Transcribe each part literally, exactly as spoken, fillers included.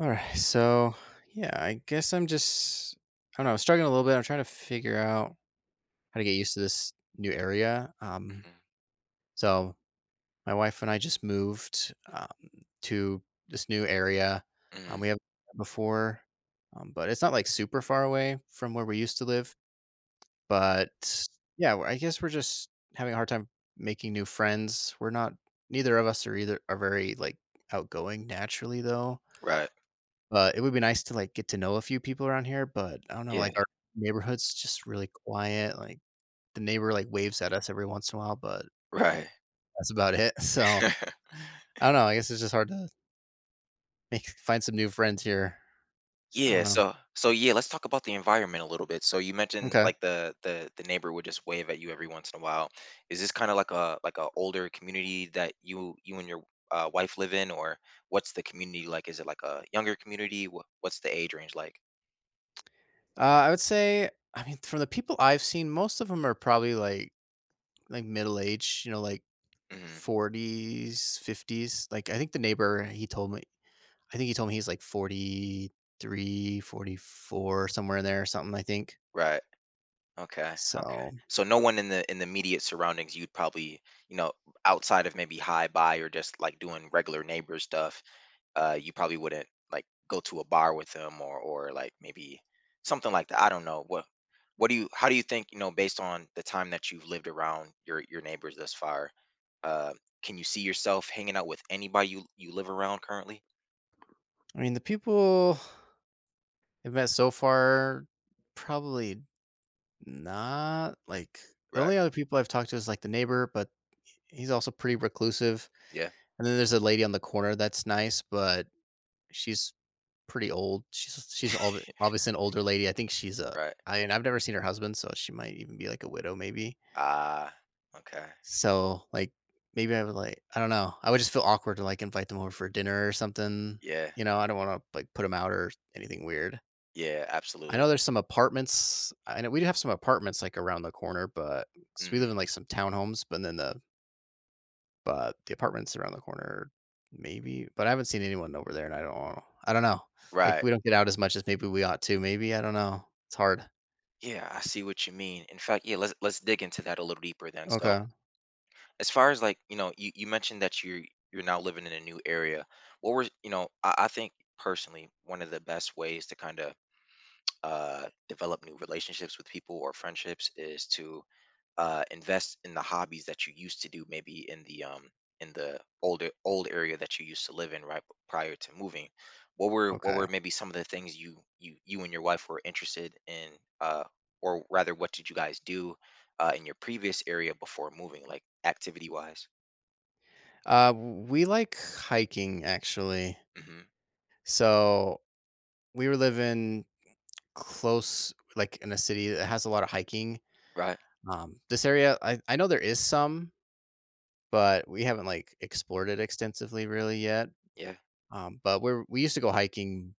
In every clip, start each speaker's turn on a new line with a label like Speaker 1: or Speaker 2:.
Speaker 1: All right. So, yeah, I guess I'm just, I don't know, struggling a little bit. I'm trying to figure out how to get used to this new area. Um,
Speaker 2: Mm,
Speaker 1: so, my wife and I just moved um, to this new area.
Speaker 2: mm,
Speaker 1: Um, we haven't been before, um, but it's not like super far away from where we used to live. But yeah, I guess we're just having a hard time making new friends. We're not, Neither of us are either are very like outgoing naturally though.
Speaker 2: right.
Speaker 1: Uh, it would be nice to, like, get to know a few people around here, but I don't know,
Speaker 2: Yeah,
Speaker 1: like, our neighborhood's just really quiet, like, the neighbor, like, waves at us every once in a while, but
Speaker 2: right.
Speaker 1: that's about it, so, I don't know, I guess it's just hard to make find some new friends here. I don't
Speaker 2: Yeah,
Speaker 1: know.
Speaker 2: so so yeah, let's talk about the environment a little bit. So you mentioned
Speaker 1: Okay.
Speaker 2: like the the the neighbor would just wave at you every once in a while. Is this kind of like a like a older community that you you and your uh, wife live in, or what's the community like? Is it like a younger community? What what's the age range like?
Speaker 1: Uh, I would say, I mean, from the people I've seen, most of them are probably, like like, middle age, you know, like,
Speaker 2: Hmm.
Speaker 1: forties, fifties, like, I think the neighbor, he told me I think he told me he's, like, forty three, forty four, somewhere in there or something, I think.
Speaker 2: Right. Okay. Okay.
Speaker 1: So,
Speaker 2: So no one in the in the immediate surroundings. You'd probably, you know, outside of maybe hi bye or just like doing regular neighbor stuff. Uh, you probably wouldn't like go to a bar with them or or like maybe something like that. I don't know. What what do you, how do you think, you know, based on the time that you've lived around your your neighbors thus far, uh, can you see yourself hanging out with anybody you you live around currently?
Speaker 1: I mean, the people I've met so far, probably not. Like, the
Speaker 2: Right.
Speaker 1: only other people I've talked to is like the neighbor, but he's also pretty reclusive.
Speaker 2: Yeah.
Speaker 1: And then there's a lady on the corner that's nice, but she's pretty old. She's she's all, obviously an older lady. I think she's a.
Speaker 2: Right.
Speaker 1: I mean, I've never seen her husband, so she might even be like a widow, maybe.
Speaker 2: Ah. Okay.
Speaker 1: So, like, maybe I would like, I don't know. I would just feel awkward to like invite them over for dinner or something.
Speaker 2: Yeah.
Speaker 1: You know, I don't want to like put them out or anything weird.
Speaker 2: Yeah.
Speaker 1: I
Speaker 2: Absolutely.
Speaker 1: know there's some apartments I know we do have some apartments, like, around the corner, but 'cause we
Speaker 2: Hmm.
Speaker 1: live in, like, some townhomes, but then the but the apartments around the corner maybe, but I haven't seen anyone over there, and I don't I don't know. Like,
Speaker 2: Right.
Speaker 1: we don't get out as much as maybe we ought to, maybe, I don't know. It's hard.
Speaker 2: Yeah. I see what you mean. In fact, yeah. Let's let's dig into that a little deeper then. So,
Speaker 1: Okay,
Speaker 2: as far as like, you know you, you mentioned that you're you're now living in a new area. What were, you know, I, I think personally one of the best ways to kind of uh develop new relationships with people or friendships is to uh invest in the hobbies that you used to do maybe in the um in the older old area that you used to live in, right, prior to moving. What were what were
Speaker 1: okay.
Speaker 2: maybe some of the things you you you and your wife were interested in, uh or rather, what did you guys do uh in your previous area before moving, like activity wise?
Speaker 1: Uh, we like hiking, actually.
Speaker 2: Mhm.
Speaker 1: So, we were living close like, in a city that has a lot of hiking.
Speaker 2: Right.
Speaker 1: Um, this area, I I know there is some, but we haven't, like, explored it extensively really yet,
Speaker 2: Yeah.
Speaker 1: um, but we're we used to go hiking,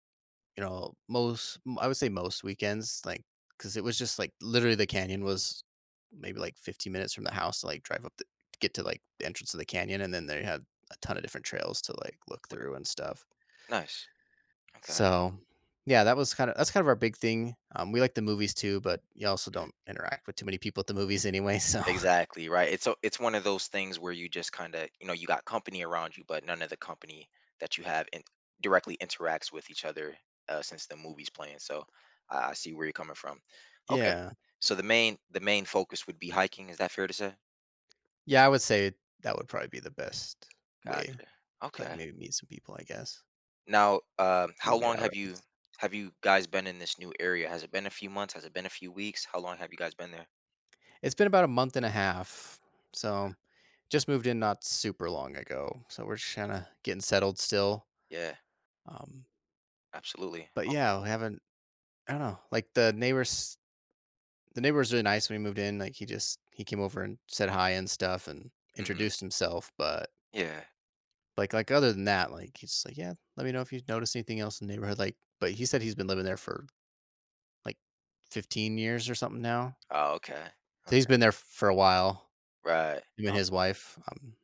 Speaker 1: you know, most m I would say most weekends, like because it was just, like, literally the canyon was maybe, like, fifteen minutes from the house to, like, drive up the to get to, like, the entrance of the canyon, and then they had a ton of different trails to, like, look through and stuff.
Speaker 2: Nice. Okay.
Speaker 1: So, yeah, that was kinda that's kind of our big thing. Um, we like the movies too, but you also
Speaker 2: Mhm.
Speaker 1: don't interact with too many people at the movies anyway, so
Speaker 2: Exactly, right. It's, so it's one of those things where you just kind of, you know, you got company around you, but none of the company that you have in, directly interacts with each other uh, since the movie's playing. So I, I see where you're coming from. Okay.
Speaker 1: yeah.
Speaker 2: So the main the main focus would be hiking. Is that fair to say?
Speaker 1: Yeah, I would say that would probably be the best way
Speaker 2: Gotcha.
Speaker 1: to, like,
Speaker 2: Okay.
Speaker 1: maybe meet some people, I guess.
Speaker 2: Now, um,
Speaker 1: We
Speaker 2: how
Speaker 1: get
Speaker 2: long
Speaker 1: out
Speaker 2: have
Speaker 1: at
Speaker 2: you,
Speaker 1: least.
Speaker 2: have you guys been in this new area? Has it been a few months? Has it been a few weeks? How long have you guys been there?
Speaker 1: It's been about a month and a half, so just moved in not super long ago, so we're just kinda getting settled still,
Speaker 2: Yeah,
Speaker 1: um,
Speaker 2: absolutely.
Speaker 1: but
Speaker 2: Oh,
Speaker 1: yeah, we haven't I don't know, like, the neighbors the neighbor was really nice when we moved in, like, he just he came over and said hi and stuff and
Speaker 2: mhm.
Speaker 1: introduced himself, but,
Speaker 2: Yeah.
Speaker 1: like like, other than that, like, he's just like, "Yeah, let me know if you notice anything else in the neighborhood," like, but he said he's been living there for like fifteen years or something now.
Speaker 2: Oh, okay.
Speaker 1: So he's
Speaker 2: Okay.
Speaker 1: been there for a while,
Speaker 2: Right.
Speaker 1: him and
Speaker 2: O-
Speaker 1: his wife. Um,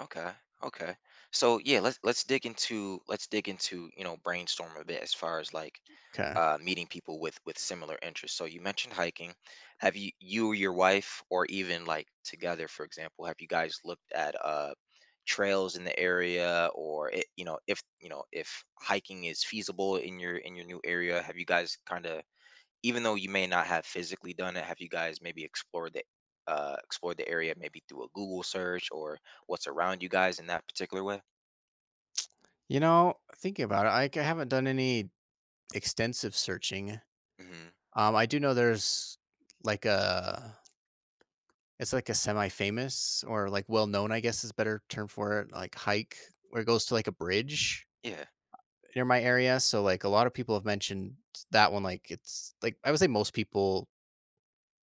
Speaker 2: Okay. Okay. So yeah, let's let's dig into let's dig into, you know, brainstorm a bit as far as like
Speaker 1: Okay.
Speaker 2: uh meeting people with with similar interests. So you mentioned hiking. Have you, you or your wife or even like together, for example, have you guys looked at uh trails in the area? Or it, you know, if you know, if hiking is feasible in your in your new area, have you guys kind of, even though you may not have physically done it, have you guys maybe explored the, uh, explored the area maybe through a Google search? Or what's around you guys in that particular way?
Speaker 1: You know, thinking about it, I I c- I haven't done any extensive searching.
Speaker 2: Hmm.
Speaker 1: Um, I do know there's like a, it's like a semi-famous or like well-known, I guess is a better term for it, like hike where it goes to like a bridge
Speaker 2: Yeah,
Speaker 1: near my area. So like a lot of people have mentioned that one. Like it's like, I would say most people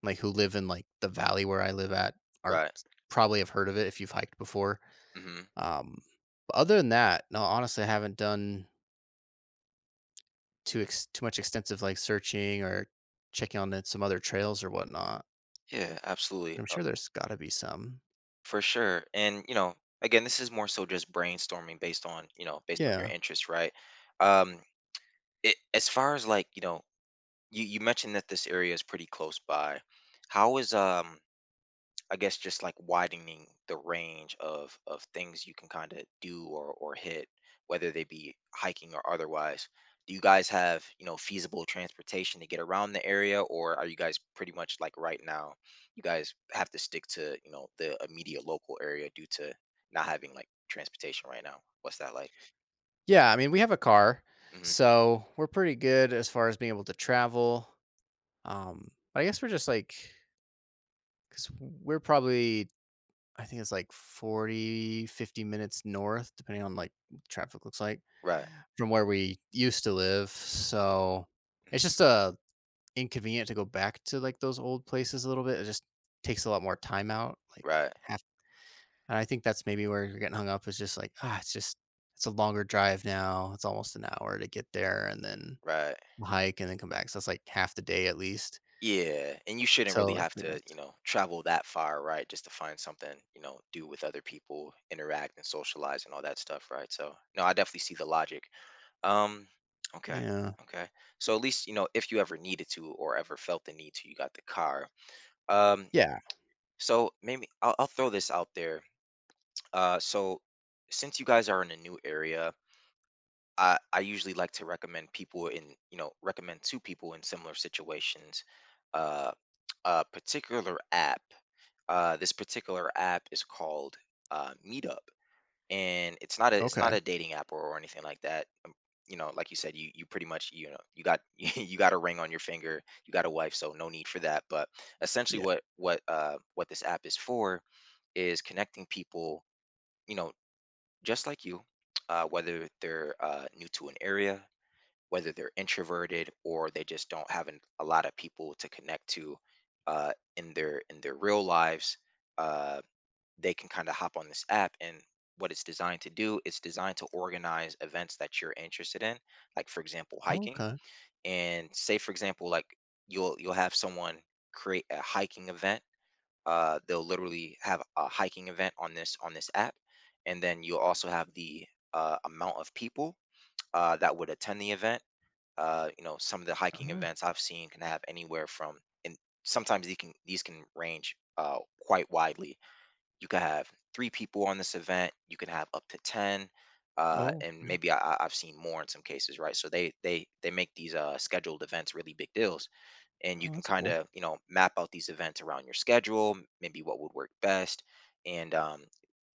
Speaker 1: like who live in like the valley where I live at are
Speaker 2: right.
Speaker 1: probably have heard of it if you've hiked before.
Speaker 2: Hmm.
Speaker 1: Um, but other than that, no, honestly, I haven't done too ex- too much extensive like searching or checking on the- some other trails or whatnot.
Speaker 2: Yeah, absolutely.
Speaker 1: I'm
Speaker 2: Uh,
Speaker 1: sure there's got to be some.
Speaker 2: for sure. And you know, again, this is more so just brainstorming based on, you know, based on your
Speaker 1: Yeah,
Speaker 2: interests, right? Um, it, as far as like, you know, you you mentioned that this area is pretty close by. How is, um I guess just like widening the range of of things you can kind of do or or hit, whether they be hiking or otherwise. Do you guys have, you know, feasible transportation to get around the area, or are you guys pretty much like right now, you guys have to stick to, you know, the immediate local area due to not having like transportation right now? What's that like?
Speaker 1: yeah. I mean, we have a car,
Speaker 2: Hmm.
Speaker 1: so we're pretty good as far as being able to travel. Um, but I guess we're just like because we're probably, I think it's like forty fifty minutes north, depending on like what the traffic looks like
Speaker 2: Right,
Speaker 1: from where we used to live. So it's just a inconvenient to go back to, like, those old places a little bit. It just takes a lot more time out, like,
Speaker 2: right,
Speaker 1: half and I think that's maybe where you're getting hung up, is just like, "Ah, it's just it's a longer drive now. It's almost an hour to get there and then
Speaker 2: right.
Speaker 1: hike and then come back." So it's, like, half the day at least.
Speaker 2: Yeah, and you shouldn't
Speaker 1: So,
Speaker 2: really
Speaker 1: like,
Speaker 2: have
Speaker 1: it'd be
Speaker 2: to,
Speaker 1: nice.
Speaker 2: you know, travel that far, right? Just to find something, you know, do with other people, interact and socialize and all that stuff, right? So, no, I definitely see the logic. Um, okay,
Speaker 1: Yeah.
Speaker 2: okay. So at least, you know, if you ever needed to or ever felt the need to, you got the car. Um,
Speaker 1: Yeah.
Speaker 2: so maybe I'll, I'll throw this out there. Uh, so since you guys are in a new area, I, I usually like to recommend people in, you know, recommend to people in similar situations uh, a particular app. Uh, this particular app is called uh, Meetup, and it's not a, it's
Speaker 1: Okay.
Speaker 2: not a dating app or, or anything like that. Um, you know, like you said, you you pretty much, you know, you got you got a ring on your finger, you got a wife, so no need for that. But essentially,
Speaker 1: Yeah.
Speaker 2: what what uh, what this app is for is connecting people, you know, just like you, uh, whether they're uh, new to an area, whether they're introverted or they just don't have an, a lot of people to connect to uh, in their in their real lives. uh, they can kind of hop on this app, and what it's designed to do, it's designed to organize events that you're interested in, like, for example,
Speaker 1: Oh,
Speaker 2: hiking.
Speaker 1: okay.
Speaker 2: And say, for example, like, you'll you'll have someone create a hiking event. Uh, they'll literally have a hiking event on this on this app. And then you'll also have the uh, amount of people uh, that would attend the event. Uh, you know, some of the hiking
Speaker 1: Oh.
Speaker 2: events I've seen can have anywhere from, and sometimes these can these can range uh, quite widely. You could have three people on this event. You can have up to ten, uh,
Speaker 1: Oh,
Speaker 2: and
Speaker 1: mm.
Speaker 2: maybe I, I- I've seen more in some cases, right? So they they they make these uh, scheduled events really big deals, and you
Speaker 1: Oh,
Speaker 2: can
Speaker 1: that's
Speaker 2: kind
Speaker 1: cool.
Speaker 2: of, you know, map out these events around your schedule, maybe what would work best, and um,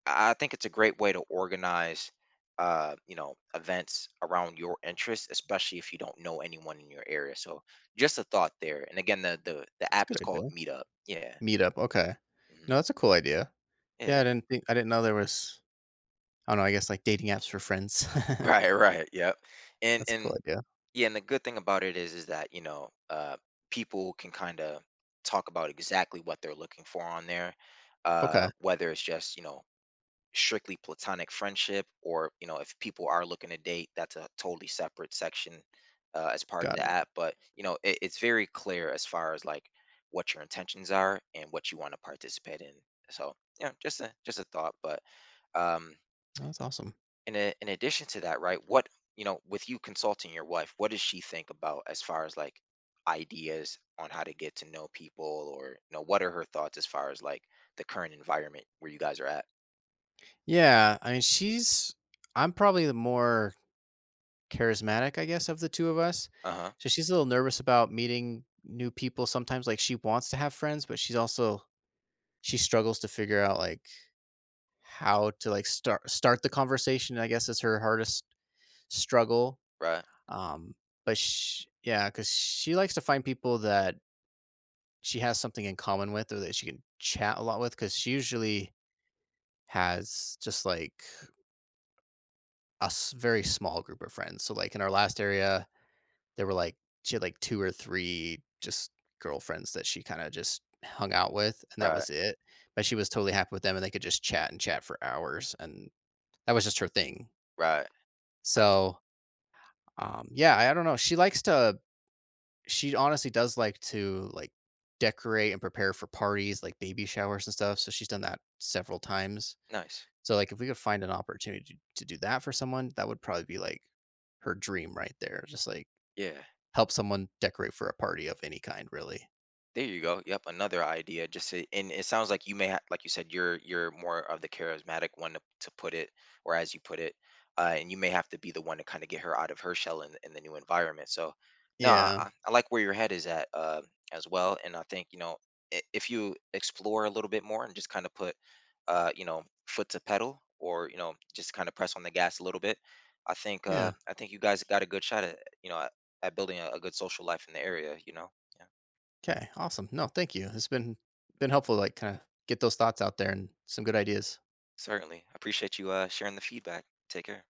Speaker 2: I I think it's a great way to organize, uh, you know, events around your interests, especially if you don't know anyone in your area. So just a thought there. And again, the the the
Speaker 1: That's a
Speaker 2: app is
Speaker 1: good
Speaker 2: called
Speaker 1: idea.
Speaker 2: Meetup. Yeah.
Speaker 1: Meet up, okay.
Speaker 2: Hmm.
Speaker 1: No, that's a cool idea.
Speaker 2: Yeah.
Speaker 1: Yeah, I didn't think I didn't know there was I don't know, I guess, like, dating apps for friends.
Speaker 2: Right. Right. Yep. And
Speaker 1: That's a cool
Speaker 2: and
Speaker 1: idea.
Speaker 2: yeah, and the good thing about it is is that, you know, uh, people can kind of talk about exactly what they're looking for on there. Uh,
Speaker 1: Okay,
Speaker 2: whether it's just, you know, strictly platonic friendship, or, you know, if people are looking to date, that's a totally separate section uh, as part of
Speaker 1: got
Speaker 2: the
Speaker 1: it.
Speaker 2: app. But, you know, it, it's very clear as far as like what your intentions are and what you want to participate in. So, you know, just a just a thought, but um
Speaker 1: No, that's awesome.
Speaker 2: in a, in addition to that, right, what, you know, with you consulting your wife, what does she think about as far as like ideas on how to get to know people? Or, you know, what are her thoughts as far as like the current environment where you guys are at?
Speaker 1: Yeah, I mean, she's I'm probably the more charismatic, I guess, of the two of us.
Speaker 2: Uh-huh.
Speaker 1: So she's a little nervous about meeting new people sometimes. Like she wants to have friends, but she's also she struggles to figure out like how to like start start the conversation, I guess is her hardest struggle.
Speaker 2: Right,
Speaker 1: Um, but sh yeah, because she likes to find people that she has something in common with or that she can chat a lot with. Because she usually has just like a s- very small group of friends. So like in our last area, there were like she had like two or three just girlfriends that she kind of just hung out with, and that
Speaker 2: right.
Speaker 1: was it. But she was totally happy with them, and they could just chat and chat for hours, and that was just her thing.
Speaker 2: Right. Nice.
Speaker 1: So um, yeah, I, I don't know. She likes to. She honestly does like to like decorate and prepare for parties, like baby showers and stuff. So she's done that several times.
Speaker 2: Nice.
Speaker 1: So like if we could find an opportunity to do that for someone, that would probably be like her dream right there. Just like
Speaker 2: Yeah.
Speaker 1: help someone decorate for a party of any kind, really.
Speaker 2: There you go. Yep, another idea. Just to, and it sounds like you may have, like you said, you're you're more of the charismatic one to, to put it, or as you put it, uh, and you may have to be the one to kind of get her out of her shell in, in the new environment. So, no, I,
Speaker 1: Yeah.
Speaker 2: I I like where your head is at, uh, as well. And I think, you know, i- if you explore a little bit more and just kind of put, uh, you know, foot to pedal, or, you know, just kind of press on the gas a little bit. I think, uh,
Speaker 1: Yeah.
Speaker 2: I think you guys got a good shot at, you know, at, at building a, a good social life in the area. You know.
Speaker 1: Okay. Awesome. No, thank you. It's been been helpful to like kind of get those thoughts out there and some good ideas.
Speaker 2: Certainly. I appreciate you uh, sharing the feedback. Take care.